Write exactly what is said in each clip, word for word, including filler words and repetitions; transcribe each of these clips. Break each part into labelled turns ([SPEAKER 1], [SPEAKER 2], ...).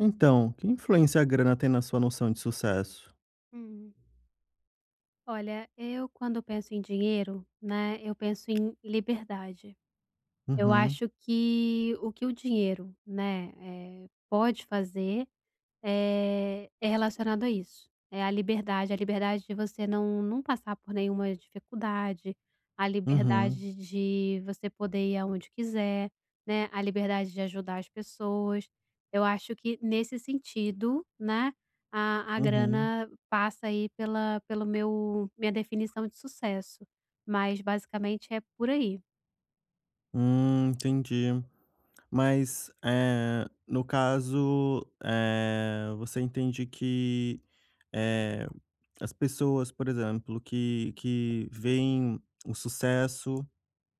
[SPEAKER 1] Então, que influência a grana tem na sua noção de sucesso?
[SPEAKER 2] Hum. Olha, eu quando penso em dinheiro, né, eu penso em liberdade. Eu
[SPEAKER 1] Uhum,
[SPEAKER 2] acho que o que o dinheiro, né, eh, pode fazer eh, é relacionado a isso. É a liberdade, a liberdade de você não não passar por nenhuma dificuldade, a
[SPEAKER 1] uhum,
[SPEAKER 2] liberdade de você poder ir aonde quiser, né, a liberdade de ajudar as pessoas. Eu acho que nesse sentido, né, a a
[SPEAKER 1] uhum.
[SPEAKER 2] grana passa aí pela pelo meu minha definição de sucesso, mas basicamente é por aí.
[SPEAKER 1] Hum, entendi. Mas, eh, no caso, eh, você entende que, eh, as pessoas, por exemplo, que que veem o sucesso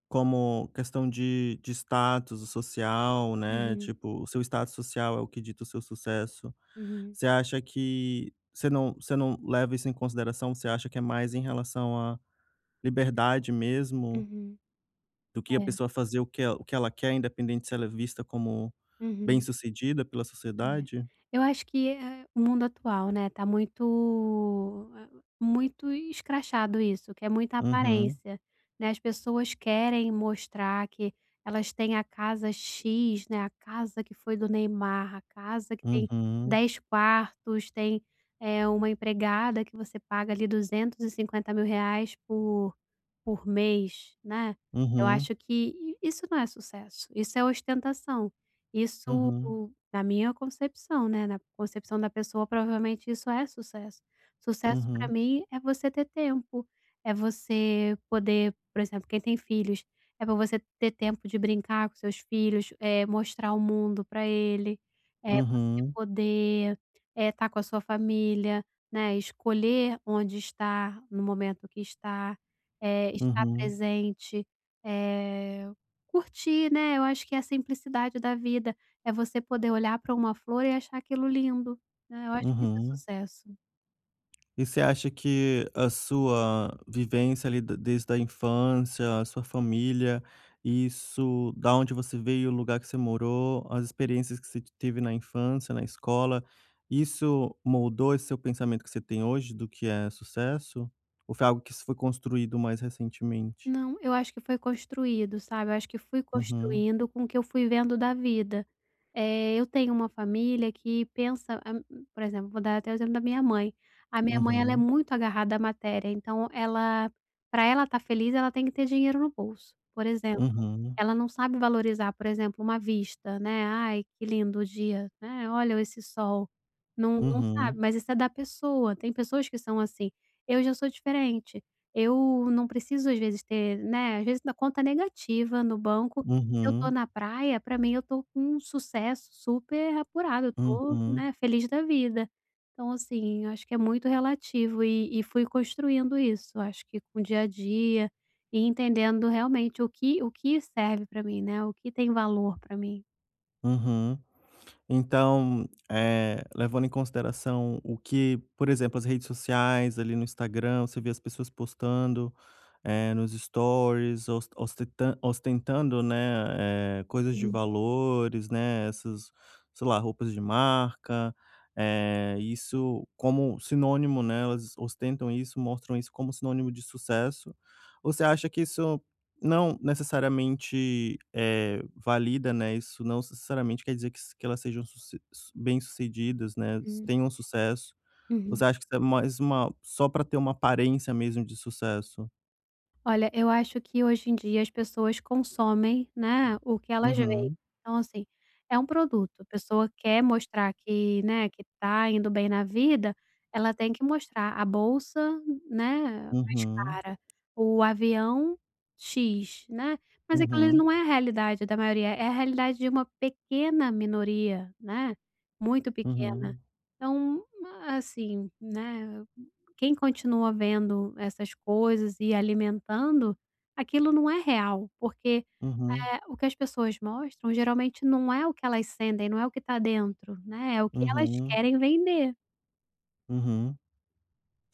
[SPEAKER 1] como questão de de status social, né,
[SPEAKER 2] Uhum,
[SPEAKER 1] tipo, o seu status social é o que dita o seu sucesso.
[SPEAKER 2] uhum,
[SPEAKER 1] Você acha que você não você não leva isso em consideração? Você acha que é mais em relação à liberdade mesmo,
[SPEAKER 2] uhum,
[SPEAKER 1] do que a
[SPEAKER 2] é,
[SPEAKER 1] pessoa fazer o que el o que ela quer, independente se ela é vista como
[SPEAKER 2] uhum.
[SPEAKER 1] bem-sucedida pela
[SPEAKER 2] É.
[SPEAKER 1] sociedade?
[SPEAKER 2] Eu acho que, eh, o mundo atual, né, tá muito eh, muito escrachado isso, que é muita
[SPEAKER 1] Uhum,
[SPEAKER 2] aparência, né, as pessoas querem mostrar que elas têm a casa X, né, a casa que foi do Neymar, a casa que tem
[SPEAKER 1] uhum,
[SPEAKER 2] dez quartos, tem, eh, uma empregada que você paga ali duzentos e cinquenta mil reais por por mês, né. Eu
[SPEAKER 1] uhum,
[SPEAKER 2] acho que i isso não é sucesso, isso é ostentação, isso
[SPEAKER 1] uhum,
[SPEAKER 2] na minha concepção, né, na concepção da pessoa, provavelmente isso é sucesso. Sucesso para
[SPEAKER 1] uhum,
[SPEAKER 2] mim é você ter tempo, é você poder por exemplo, quem tem filhos, é para você ter tempo de brincar com seus filhos, eh, mostrar o mundo para ele, é você
[SPEAKER 1] uhum,
[SPEAKER 2] poder, eh, estar com a sua família, né, escolher onde estar, no momento que está, eh, estar
[SPEAKER 1] uhum,
[SPEAKER 2] presente, eh, curtir, né, eu acho que é a simplicidade da vida. É você poder olhar para uma flor e achar aquilo lindo, né, eu acho que isso é
[SPEAKER 1] uhum.
[SPEAKER 2] sucesso.
[SPEAKER 1] E você acha que a sua vivência ali da desde a infância, a sua família, isso da onde você veio, o lugar que você morou, as experiências que você teve na infância, na escola, isso moldou esse seu pensamento que você tem hoje do que é sucesso? Ou foi algo que isso foi construído mais recentemente?
[SPEAKER 2] Não, eu acho que foi construído, sabe, eu acho que fui
[SPEAKER 1] Uhum,
[SPEAKER 2] construindo com o que eu fui vendo da vida. Eh, eu tenho uma família que pensa a por exemplo, vou dar até o exemplo da minha mãe. A minha mãe, ela é
[SPEAKER 1] uhum,
[SPEAKER 2] muito agarrada à matéria, então ela para ela estar feliz, ela tem que ter dinheiro no bolso, por exemplo.
[SPEAKER 1] uhum,
[SPEAKER 2] Ela não sabe valorizar, por exemplo, uma vista, né, "Ai, que lindo o dia", né, "Olha esse sol", não não
[SPEAKER 1] uhum,
[SPEAKER 2] sabe, mas isso é da pessoa, tem pessoas que são assim. Eu já sou diferente. Eu não preciso às vezes ter, né, às vezes na conta negativa no banco, se eu tô
[SPEAKER 1] uhum,
[SPEAKER 2] na praia, pra mim eu tô com um sucesso super apurado, eu
[SPEAKER 1] uhum,
[SPEAKER 2] tô,
[SPEAKER 1] uhum.
[SPEAKER 2] né, feliz da vida. Então assim, eu acho que é muito relativo e e fui construindo isso. Eu acho que com o dia a dia, e entendendo realmente o que o que serve pra mim, né, o que tem valor pra mim.
[SPEAKER 1] Uhum. Então, eh, levando em consideração o que, por exemplo, as redes sociais, ali no Instagram, você vê as pessoas postando, eh, nos stories, os ostetan ostentando, né, eh, coisas de valores, né, essas, sei lá, roupas de marca, eh, isso como sinônimo, né, elas ostentam isso, mostram isso como sinônimo de sucesso. Você acha que isso não necessariamente, é valida, né, isso não necessariamente quer dizer que s que elas sejam suce su bem-sucedidas, né, s-
[SPEAKER 2] Uhum,
[SPEAKER 1] tenham sucesso. Você
[SPEAKER 2] uhum.
[SPEAKER 1] acha que isso é mais uma só para ter uma aparência mesmo de sucesso?
[SPEAKER 2] Olha, eu acho que hoje em dia as pessoas consomem, né, o que elas veem.
[SPEAKER 1] Uhum,
[SPEAKER 2] Então, assim, é um produto. A pessoa quer mostrar que, né, que tá indo bem na vida, ela tem que mostrar a bolsa, né, mais
[SPEAKER 1] uhum,
[SPEAKER 2] cara, o avião X, né. Mas aquilo ali
[SPEAKER 1] uhum,
[SPEAKER 2] não é a realidade da maioria, é a realidade de uma pequena minoria, né, muito pequena.
[SPEAKER 1] uhum,
[SPEAKER 2] Então, assim, né, quem continua vendo essas coisas e alimentando, aquilo não é real, porque,
[SPEAKER 1] uhum,
[SPEAKER 2] eh, o que as pessoas mostram geralmente não é o que elas sentem, não é o que está dentro, né, é o que elas
[SPEAKER 1] uhum,
[SPEAKER 2] querem vender.
[SPEAKER 1] uhum.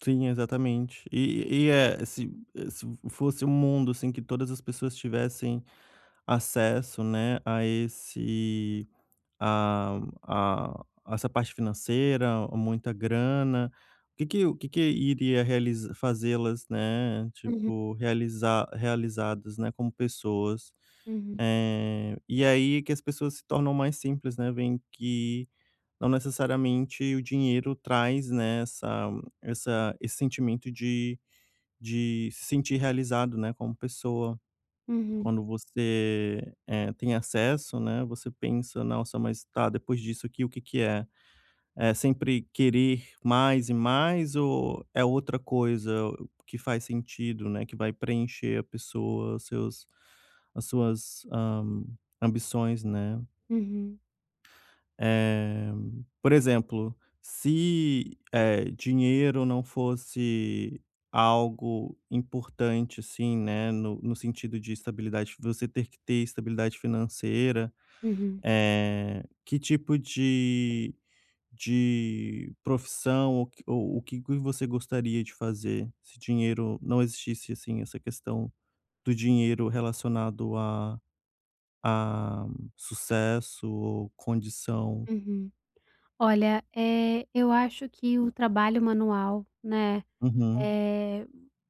[SPEAKER 1] Sim, exatamente. E e é se eh, se fosse um mundo, assim, que todas as pessoas tivessem acesso, né, a esse a a essa parte financeira, muita grana, o que que o que que iria realiza fazê-las, né,
[SPEAKER 2] Uhum,
[SPEAKER 1] tipo, realizar realizadas, né, como pessoas.
[SPEAKER 2] uhum,
[SPEAKER 1] Eh, e aí que as pessoas se tornam mais simples, né, veem que não necessariamente o dinheiro traz, né, essa essa esse sentimento de de se sentir realizado, né, como pessoa.
[SPEAKER 2] uhum,
[SPEAKER 1] Quando você, eh, tem acesso, né, você pensa: "Nossa, mas tá, depois disso aqui, o que que é?". É sempre querer mais e mais ou é outra coisa que faz sentido, né, que vai preencher a pessoa, os seus as suas, hã, ambições, né?
[SPEAKER 2] uhum,
[SPEAKER 1] Eh, por exemplo, se, eh, dinheiro não fosse algo importante, assim, né, no no sentido de estabilidade você ter que ter estabilidade financeira,
[SPEAKER 2] uhum,
[SPEAKER 1] eh, que tipo de de profissão ou q ou o que você gostaria de fazer se dinheiro não existisse, assim, essa questão do dinheiro relacionado a a sucesso ou condição?
[SPEAKER 2] uhum. Olha, eh, eu acho que o trabalho manual, né.
[SPEAKER 1] Uhum.
[SPEAKER 2] Eh,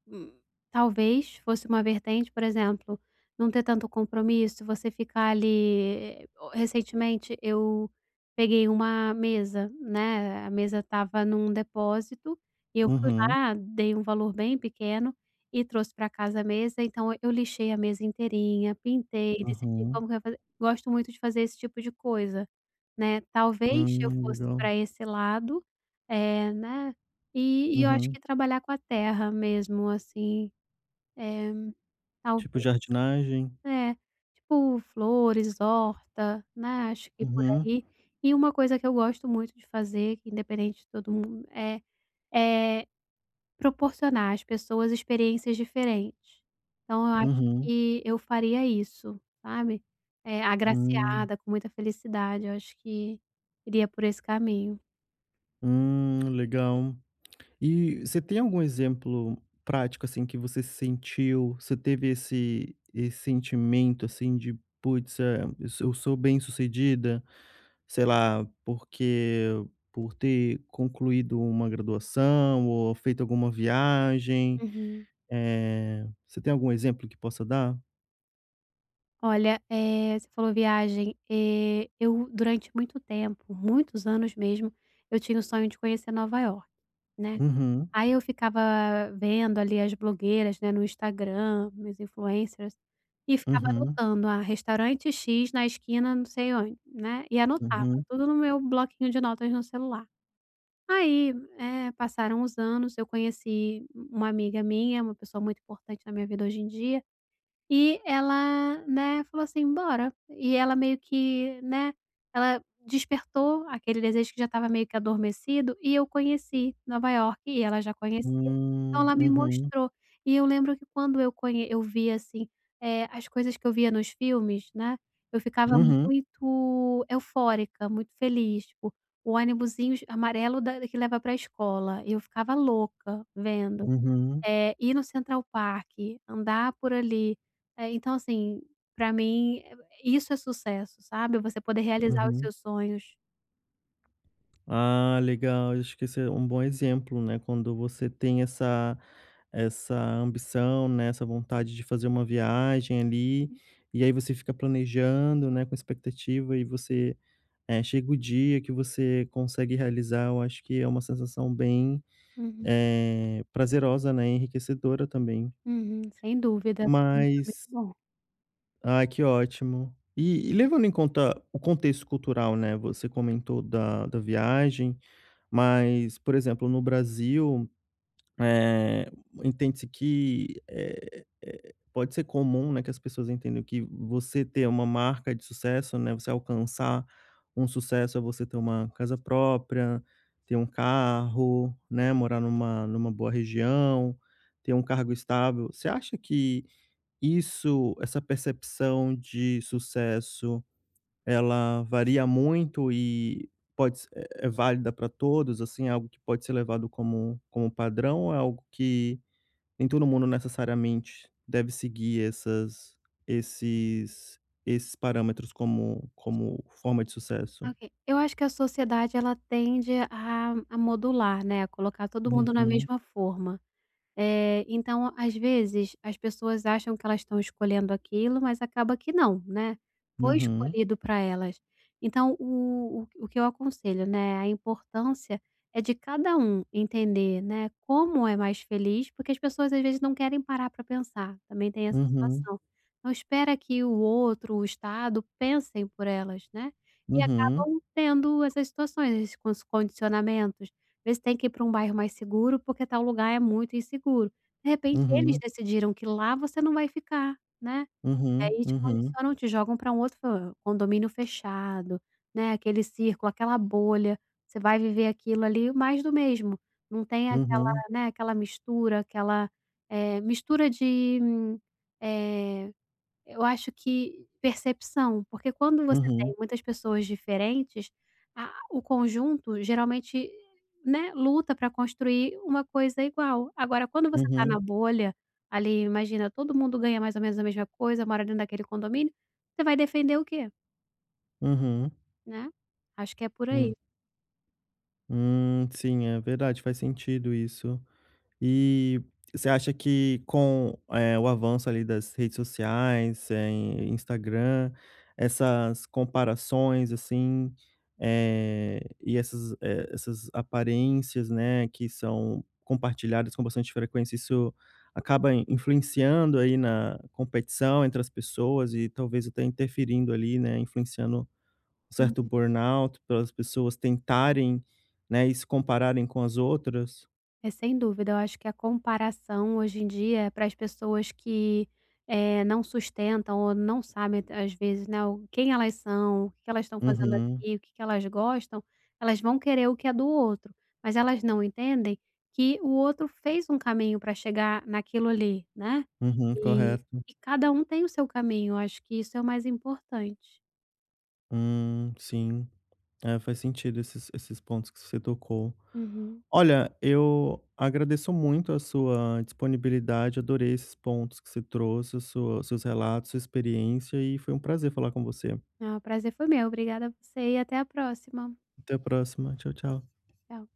[SPEAKER 2] hum, talvez fosse uma vertente, por exemplo, não ter tanto compromisso, você ficar ali eh, o recentemente eu peguei uma mesa, né, a mesa estava num depósito, e eu fui
[SPEAKER 1] Uhum,
[SPEAKER 2] lá, dei um valor bem pequeno e trouxe para casa a mesa, então eu lixei a mesa inteirinha, pintei, decidi
[SPEAKER 1] uhum.
[SPEAKER 2] como que eu ia fazer, gosto muito de fazer esse tipo de coisa, né. Talvez eu
[SPEAKER 1] Hum,
[SPEAKER 2] fosse
[SPEAKER 1] legal.
[SPEAKER 2] para esse lado, eh, né, e e eu acho
[SPEAKER 1] Uhum.
[SPEAKER 2] que trabalhar com a terra mesmo, assim, eh,
[SPEAKER 1] Tipo
[SPEAKER 2] talvez
[SPEAKER 1] jardinagem?
[SPEAKER 2] é, tipo flores, horta, né, acho que por
[SPEAKER 1] Uhum,
[SPEAKER 2] aí. E uma coisa que eu gosto muito de fazer, que independente de todo mundo, é é proporcionar às pessoas experiências diferentes. Então eu acho
[SPEAKER 1] uhum.
[SPEAKER 2] que eu faria isso, sabe. Eh,
[SPEAKER 1] Hum,
[SPEAKER 2] agraciada, com muita felicidade, eu acho que iria por esse caminho.
[SPEAKER 1] hum, legal. E você tem algum exemplo prático, assim, que você sentiu, você teve esse esse sentimento, assim, de: "Putz, eh, eu sou eu sou bem-sucedida", sei lá, porque por ter concluído uma graduação ou feito alguma viagem,
[SPEAKER 2] Uhum.
[SPEAKER 1] é você tem algum exemplo que possa dar?
[SPEAKER 2] Olha, eh, você falou viagem, eh, eu durante muito tempo, muitos anos mesmo, eu tinha o sonho de conhecer Nova York, né.
[SPEAKER 1] Uhum,
[SPEAKER 2] Aí eu ficava vendo ali as blogueiras, né, no Instagram, as influencers, e ficava
[SPEAKER 1] uhum.
[SPEAKER 2] anotando, ah, restaurante X na esquina não sei onde, né, e anotava
[SPEAKER 1] Uhum.
[SPEAKER 2] tudo no meu bloquinho de notas no celular. Aí, eh, passaram os anos, eu conheci uma amiga minha, uma pessoa muito importante na minha vida hoje em dia e ela, né, falou assim: "Bora". E ela meio que, né, ela despertou aquele desejo que já estava meio que adormecido e eu conheci Nova York. E ela já conhecia, então
[SPEAKER 1] Hum.
[SPEAKER 2] ela me
[SPEAKER 1] Uhum.
[SPEAKER 2] mostrou. E eu lembro que quando eu conhe eu via, assim, eh, as coisas que eu via nos filmes, né, eu ficava
[SPEAKER 1] Uhum.
[SPEAKER 2] muito eufórica, muito feliz, tipo, o ônibusinho amarelo da que leva para a escola, e eu ficava louca vendo.
[SPEAKER 1] Uhum.
[SPEAKER 2] Eh, ir no Central Park, andar por ali. Eh, então assim, pra mim, eh, isso é sucesso, sabe, você poder, hum, realizar os
[SPEAKER 1] Uhum.
[SPEAKER 2] seus sonhos.
[SPEAKER 1] Ah, legal. Acho que esse é um bom exemplo, né, quando você tem essa essa ambição, né, essa vontade de fazer uma viagem ali, e aí você fica planejando, né, com expectativa e você, eh, chega o dia que você consegue realizar, eu acho que é uma sensação bem,
[SPEAKER 2] Uhum,
[SPEAKER 1] eh, prazerosa, né, enriquecedora também.
[SPEAKER 2] uhum. Sem dúvida, pra mim, hum, foi muito
[SPEAKER 1] Mas
[SPEAKER 2] bom.
[SPEAKER 1] ai, que ótimo. E e levando em conta o contexto cultural, né, você comentou da da viagem, mas, por exemplo, no Brasil, eh, entende-se que, eh eh, pode ser comum, né, que as pessoas entendam que você ter uma marca de sucesso, né, você alcançar um sucesso é você ter uma casa própria, ter um carro, né, morar numa numa boa região, ter um cargo estável. Você acha que isso, essa percepção de sucesso, ela varia muito e pode se é é válida para todos, assim, é algo que pode ser levado como como padrão ou é algo que nem todo mundo necessariamente deve seguir essas esses esses parâmetros como como forma de sucesso?
[SPEAKER 2] Ok, eu acho que a sociedade ela tende a a modular, né, a colocar todo mundo na
[SPEAKER 1] Uhum,
[SPEAKER 2] mesma forma. Eh, então, às vezes, as pessoas acham que elas estão escolhendo aquilo, mas acaba que não, né, foi
[SPEAKER 1] uhum,
[SPEAKER 2] escolhido para elas. Então o o o que eu aconselho, né, a importância é de cada um entender, né, como é mais feliz, porque as pessoas às vezes não querem parar para pensar, também tem essa
[SPEAKER 1] uhum,
[SPEAKER 2] situação. Não espera que o outro, o Estado pensem por elas, né, e
[SPEAKER 1] uhum,
[SPEAKER 2] acabam tendo essas situações, esses cons condicionamentos. Eles têm que ir para um bairro mais seguro, porque tal lugar é muito inseguro. De repente, eles
[SPEAKER 1] uhum,
[SPEAKER 2] decidiram que lá você não vai ficar, né.
[SPEAKER 1] uhum,
[SPEAKER 2] Aí te
[SPEAKER 1] uhum,
[SPEAKER 2] condicionam, te jogam para um outro fa condomínio fechado, né, aquele círculo, aquela bolha. Você vai viver aquilo ali, mais do mesmo. Não tem aquela,
[SPEAKER 1] uhum,
[SPEAKER 2] né, aquela mistura, aquela, eh, mistura de, eh eu acho que percepção, porque quando você
[SPEAKER 1] uhum,
[SPEAKER 2] tem muitas pessoas diferentes, a o conjunto geralmente, né, luta para construir uma coisa igual. Agora quando você está na
[SPEAKER 1] uhum,
[SPEAKER 2] bolha, ali, imagina, todo mundo ganha mais ou menos a mesma coisa, mora dentro daquele condomínio, você vai defender o quê,
[SPEAKER 1] uhum,
[SPEAKER 2] né? Acho que é por aí.
[SPEAKER 1] uhum. Hum, sim, é verdade, faz sentido isso. E você acha que com, eh, o avanço ali das redes sociais, eh, Instagram, essas comparações, assim, eh, e essas, eh, essas aparências, né, que são compartilhadas com bastante frequência, isso acaba in- influenciando aí na competição entre as pessoas e talvez até interferindo ali, né, influenciando um certo
[SPEAKER 2] Uhum.
[SPEAKER 1] burnout, pelas pessoas tentarem, né, e se compararem com as outras.
[SPEAKER 2] É, sem dúvida. Eu acho que a comparação hoje em dia é para as pessoas que, eh, não sustentam ou não sabem às vezes, né, o quem elas são, o que que elas estão fazendo
[SPEAKER 1] Uhum,
[SPEAKER 2] aqui, o que que elas gostam, elas vão querer o que é do outro, mas elas não entendem que o outro fez um caminho para chegar naquilo ali, né.
[SPEAKER 1] uhum,
[SPEAKER 2] E
[SPEAKER 1] correto.
[SPEAKER 2] e cada um tem o seu caminho, eu acho que isso é o mais importante.
[SPEAKER 1] Hum, sim. É, faz sentido esses esses pontos que você tocou.
[SPEAKER 2] Uhum.
[SPEAKER 1] Olha, eu agradeço muito a sua disponibilidade, adorei esses pontos que você trouxe, a sua seus relatos, sua experiência, e foi um prazer falar com você.
[SPEAKER 2] Ah, o prazer foi meu. Obrigada a você e até a próxima.
[SPEAKER 1] Até a próxima. Tchau, tchau.
[SPEAKER 2] Tchau.